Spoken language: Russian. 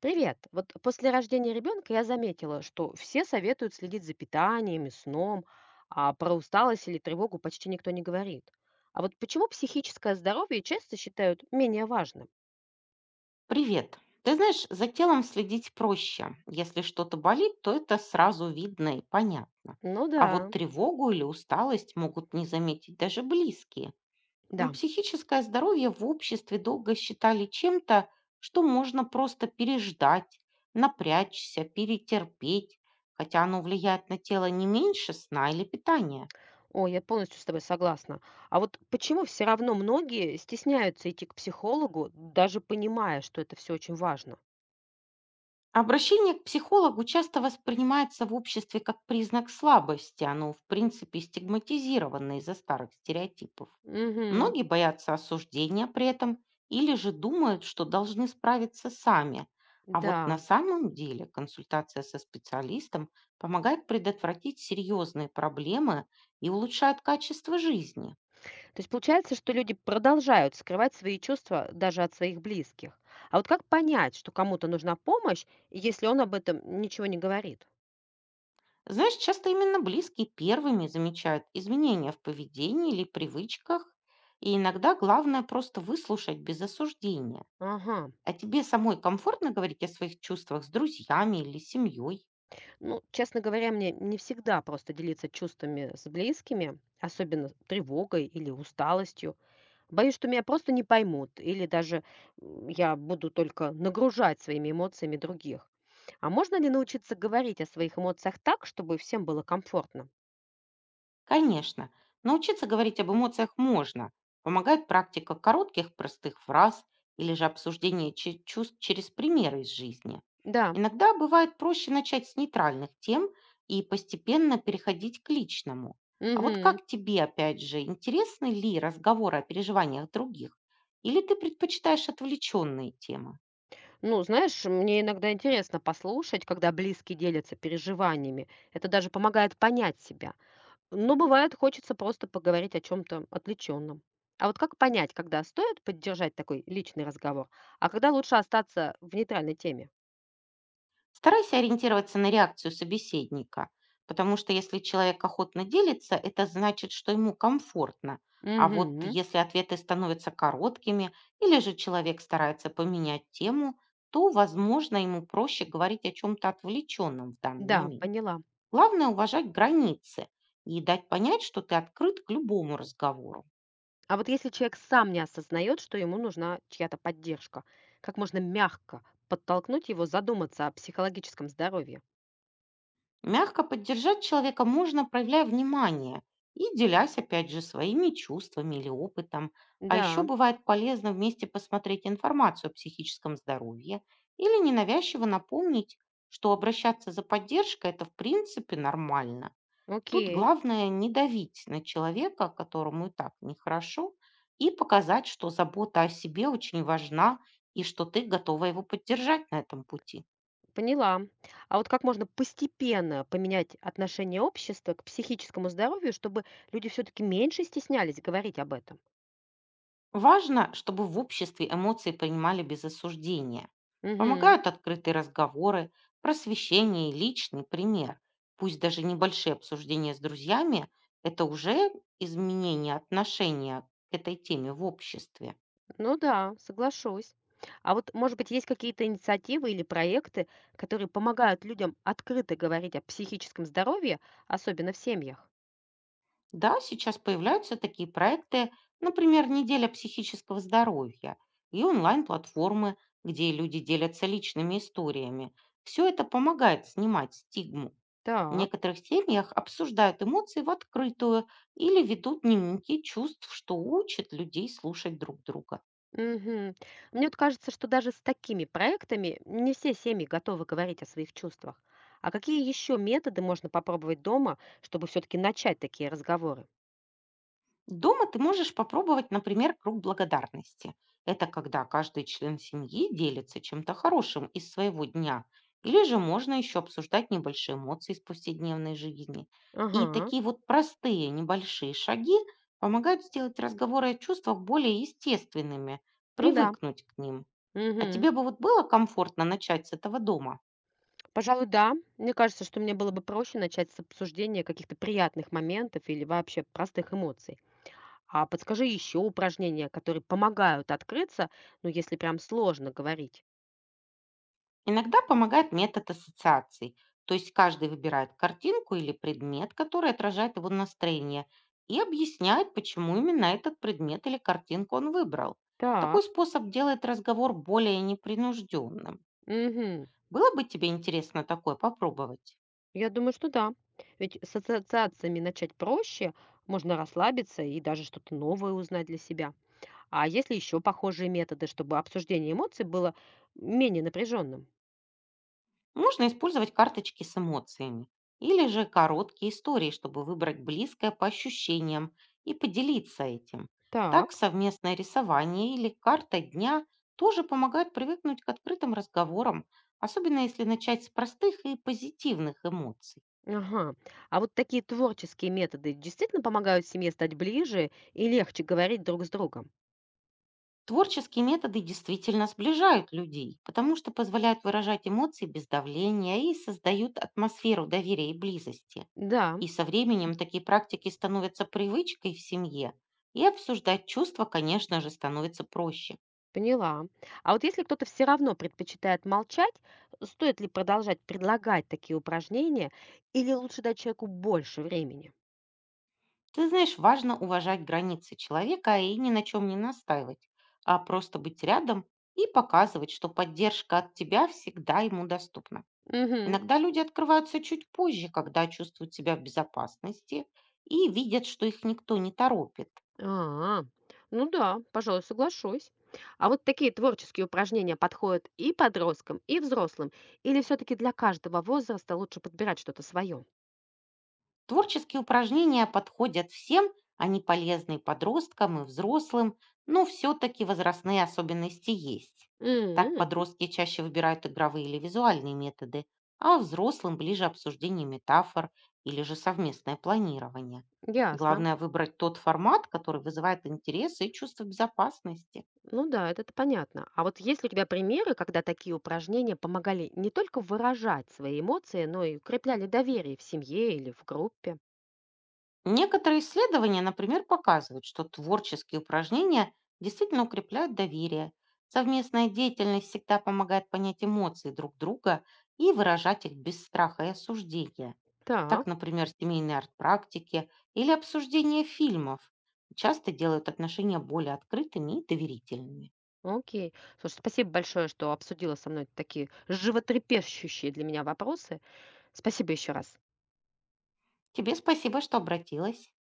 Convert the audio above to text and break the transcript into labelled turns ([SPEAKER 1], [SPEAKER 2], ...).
[SPEAKER 1] Привет. Вот после рождения ребенка я заметила, что все советуют следить за питанием и сном, а про усталость или тревогу почти никто не говорит. А вот почему психическое здоровье часто считают менее важным?
[SPEAKER 2] Привет. Ты знаешь, за телом следить проще. Если что-то болит, то это сразу видно и понятно.
[SPEAKER 1] Ну
[SPEAKER 2] А вот
[SPEAKER 1] да,
[SPEAKER 2] тревогу или усталость могут не заметить даже близкие.
[SPEAKER 1] да.
[SPEAKER 2] Психическое здоровье в обществе долго считали чем-то, что можно просто переждать, напрячься, перетерпеть, хотя оно влияет на тело не меньше сна или питания.
[SPEAKER 1] О, я полностью с тобой согласна. А вот почему все равно многие стесняются идти к психологу, даже понимая, что это все очень важно?
[SPEAKER 2] Обращение к психологу часто воспринимается в обществе как признак слабости. Оно, в принципе, стигматизировано из-за старых стереотипов.
[SPEAKER 1] Угу,
[SPEAKER 2] Многие боятся осуждения при этом или же думают, что должны справиться сами. А вот на
[SPEAKER 1] да.
[SPEAKER 2] самом деле консультация со специалистом помогает предотвратить серьезные проблемы и улучшает качество жизни.
[SPEAKER 1] То есть получается, что люди продолжают скрывать свои чувства даже от своих близких. А вот как понять, что кому-то нужна помощь, если он об этом ничего не говорит?
[SPEAKER 2] Знаешь, часто именно близкие первыми замечают изменения в поведении или привычках, и иногда главное просто выслушать без осуждения.
[SPEAKER 1] Ага.
[SPEAKER 2] А тебе самой комфортно говорить о своих чувствах с друзьями или семьей?
[SPEAKER 1] Ну, честно говоря, мне не всегда просто делиться чувствами с близкими, особенно тревогой или усталостью. Боюсь, что меня просто не поймут, или даже я буду только нагружать своими эмоциями других. А можно ли научиться говорить о своих эмоциях так, чтобы всем было комфортно?
[SPEAKER 2] Конечно, научиться говорить об эмоциях можно. Помогает практика коротких простых фраз или же обсуждение чувств через примеры из жизни.
[SPEAKER 1] Да.
[SPEAKER 2] Иногда бывает проще начать с нейтральных тем и постепенно переходить к личному. А вот
[SPEAKER 1] Мгм.
[SPEAKER 2] как тебе, опять же, интересны ли разговоры о переживаниях других? Или ты предпочитаешь отвлеченные темы?
[SPEAKER 1] Ну, знаешь, мне иногда интересно послушать, когда близкие делятся переживаниями. Это даже помогает понять себя. Но бывает, хочется просто поговорить о чем-то отвлеченном. А вот как понять, когда стоит поддержать такой личный разговор, а когда лучше остаться в нейтральной теме?
[SPEAKER 2] Старайся ориентироваться на реакцию собеседника, потому что если человек охотно делится, это значит, что ему комфортно. А вот
[SPEAKER 1] Угу,
[SPEAKER 2] если ответы становятся короткими или же человек старается поменять тему, то, возможно, ему проще говорить о чем-то отвлеченном в данный
[SPEAKER 1] да,
[SPEAKER 2] момент.
[SPEAKER 1] поняла.
[SPEAKER 2] Главное уважать границы и дать понять, что ты открыт к любому разговору.
[SPEAKER 1] А вот если человек сам не осознает, что ему нужна чья-то поддержка, как можно мягко подтолкнуть его задуматься о психологическом здоровье?
[SPEAKER 2] Мягко поддержать человека можно, проявляя внимание и делясь, опять же, своими чувствами или опытом. А еще
[SPEAKER 1] Да,
[SPEAKER 2] бывает полезно вместе посмотреть информацию о психическом здоровье или ненавязчиво напомнить, что обращаться за поддержкой — это в принципе нормально. Тут
[SPEAKER 1] окей.
[SPEAKER 2] главное не давить на человека, которому и так нехорошо, и показать, что забота о себе очень важна и что ты готова его поддержать на этом пути.
[SPEAKER 1] Поняла. А вот как можно постепенно поменять отношение общества к психическому здоровью, чтобы люди все-таки меньше стеснялись говорить об этом?
[SPEAKER 2] Важно, чтобы в обществе эмоции принимали без осуждения.
[SPEAKER 1] Мгм.
[SPEAKER 2] Помогают открытые разговоры, просвещение и личный пример. Пусть даже небольшие обсуждения с друзьями — это уже изменение отношения к этой теме в обществе.
[SPEAKER 1] Ну да, соглашусь. А вот, может быть, есть какие-то инициативы или проекты, которые помогают людям открыто говорить о психическом здоровье, особенно в семьях?
[SPEAKER 2] Да, сейчас появляются такие проекты, например, «Неделя психического здоровья» и онлайн-платформы, где люди делятся личными историями. Все это помогает снимать стигму. В
[SPEAKER 1] Так.
[SPEAKER 2] некоторых семьях обсуждают эмоции в открытую или ведут дневники чувств, что учат людей слушать друг друга.
[SPEAKER 1] Мгм. Мне вот кажется, что даже с такими проектами не все семьи готовы говорить о своих чувствах. А какие еще методы можно попробовать дома, чтобы все-таки начать такие разговоры?
[SPEAKER 2] Дома ты можешь попробовать, например, круг благодарности. Это когда каждый член семьи делится чем-то хорошим из своего дня. Или же можно еще обсуждать небольшие эмоции из повседневной жизни. И
[SPEAKER 1] Ага,
[SPEAKER 2] такие вот простые небольшие шаги помогают сделать разговоры о чувствах более естественными,
[SPEAKER 1] ну да.
[SPEAKER 2] привыкнуть к ним. А
[SPEAKER 1] Мгм.
[SPEAKER 2] тебе бы вот было комфортно начать с этого дома?
[SPEAKER 1] Пожалуй, да. Мне кажется, что мне было бы проще начать с обсуждения каких-то приятных моментов или вообще простых эмоций. А подскажи еще упражнения, которые помогают открыться, ну если прям сложно говорить.
[SPEAKER 2] Иногда помогает метод ассоциаций, то есть каждый выбирает картинку или предмет, который отражает его настроение, и объясняет, почему именно этот предмет или картинку он выбрал. Такой
[SPEAKER 1] Так.
[SPEAKER 2] способ делает разговор более непринужденным.
[SPEAKER 1] Угу.
[SPEAKER 2] Было бы тебе интересно такое попробовать?
[SPEAKER 1] Я думаю, что да. Ведь с ассоциациями начать проще, можно расслабиться и даже что-то новое узнать для себя. А если еще похожие методы, чтобы обсуждение эмоций было менее напряженным?
[SPEAKER 2] Можно использовать карточки с эмоциями или же короткие истории, чтобы выбрать близкое по ощущениям и поделиться этим. Так
[SPEAKER 1] Так.
[SPEAKER 2] совместное рисование или карта дня тоже помогает привыкнуть к открытым разговорам, особенно если начать с простых и позитивных эмоций.
[SPEAKER 1] Ага. А вот такие творческие методы действительно помогают семье стать ближе и легче говорить друг с другом?
[SPEAKER 2] Творческие методы действительно сближают людей, потому что позволяют выражать эмоции без давления и создают атмосферу доверия и близости.
[SPEAKER 1] Да,
[SPEAKER 2] И со временем такие практики становятся привычкой в семье, и обсуждать чувства, конечно же, становится проще.
[SPEAKER 1] поняла. А вот если кто-то все равно предпочитает молчать, стоит ли продолжать предлагать такие упражнения или лучше дать человеку больше времени?
[SPEAKER 2] Ты знаешь, важно уважать границы человека и ни на чем не настаивать, а просто быть рядом и показывать, что поддержка от тебя всегда ему доступна.
[SPEAKER 1] Мгм.
[SPEAKER 2] Иногда люди открываются чуть позже, когда чувствуют себя в безопасности и видят, что их никто не торопит.
[SPEAKER 1] А, ну да, пожалуй, соглашусь. А вот такие творческие упражнения подходят и подросткам, и взрослым, или все-таки для каждого возраста лучше подбирать что-то свое?
[SPEAKER 2] Творческие упражнения подходят всем, они полезны и подросткам, и взрослым, но все-таки возрастные особенности есть. Так
[SPEAKER 1] М,
[SPEAKER 2] подростки чаще выбирают игровые или визуальные методы, а взрослым ближе обсуждение метафор или же совместное планирование.
[SPEAKER 1] ясно.
[SPEAKER 2] Главное выбрать тот формат, который вызывает интерес и чувство безопасности.
[SPEAKER 1] Ну да, это-то понятно. А вот есть ли у тебя примеры, когда такие упражнения помогали не только выражать свои эмоции, но и укрепляли доверие в семье или в группе?
[SPEAKER 2] Некоторые исследования, например, показывают, что творческие упражнения действительно укрепляют доверие. Совместная деятельность всегда помогает понять эмоции друг друга и выражать их без страха и осуждения. Так,
[SPEAKER 1] Так,
[SPEAKER 2] например, семейные арт-практики или обсуждение фильмов часто делают отношения более открытыми и доверительными.
[SPEAKER 1] окей. Слушай, спасибо большое, что обсудила со мной такие животрепещущие для меня вопросы. Спасибо еще раз.
[SPEAKER 2] Тебе спасибо, что обратилась.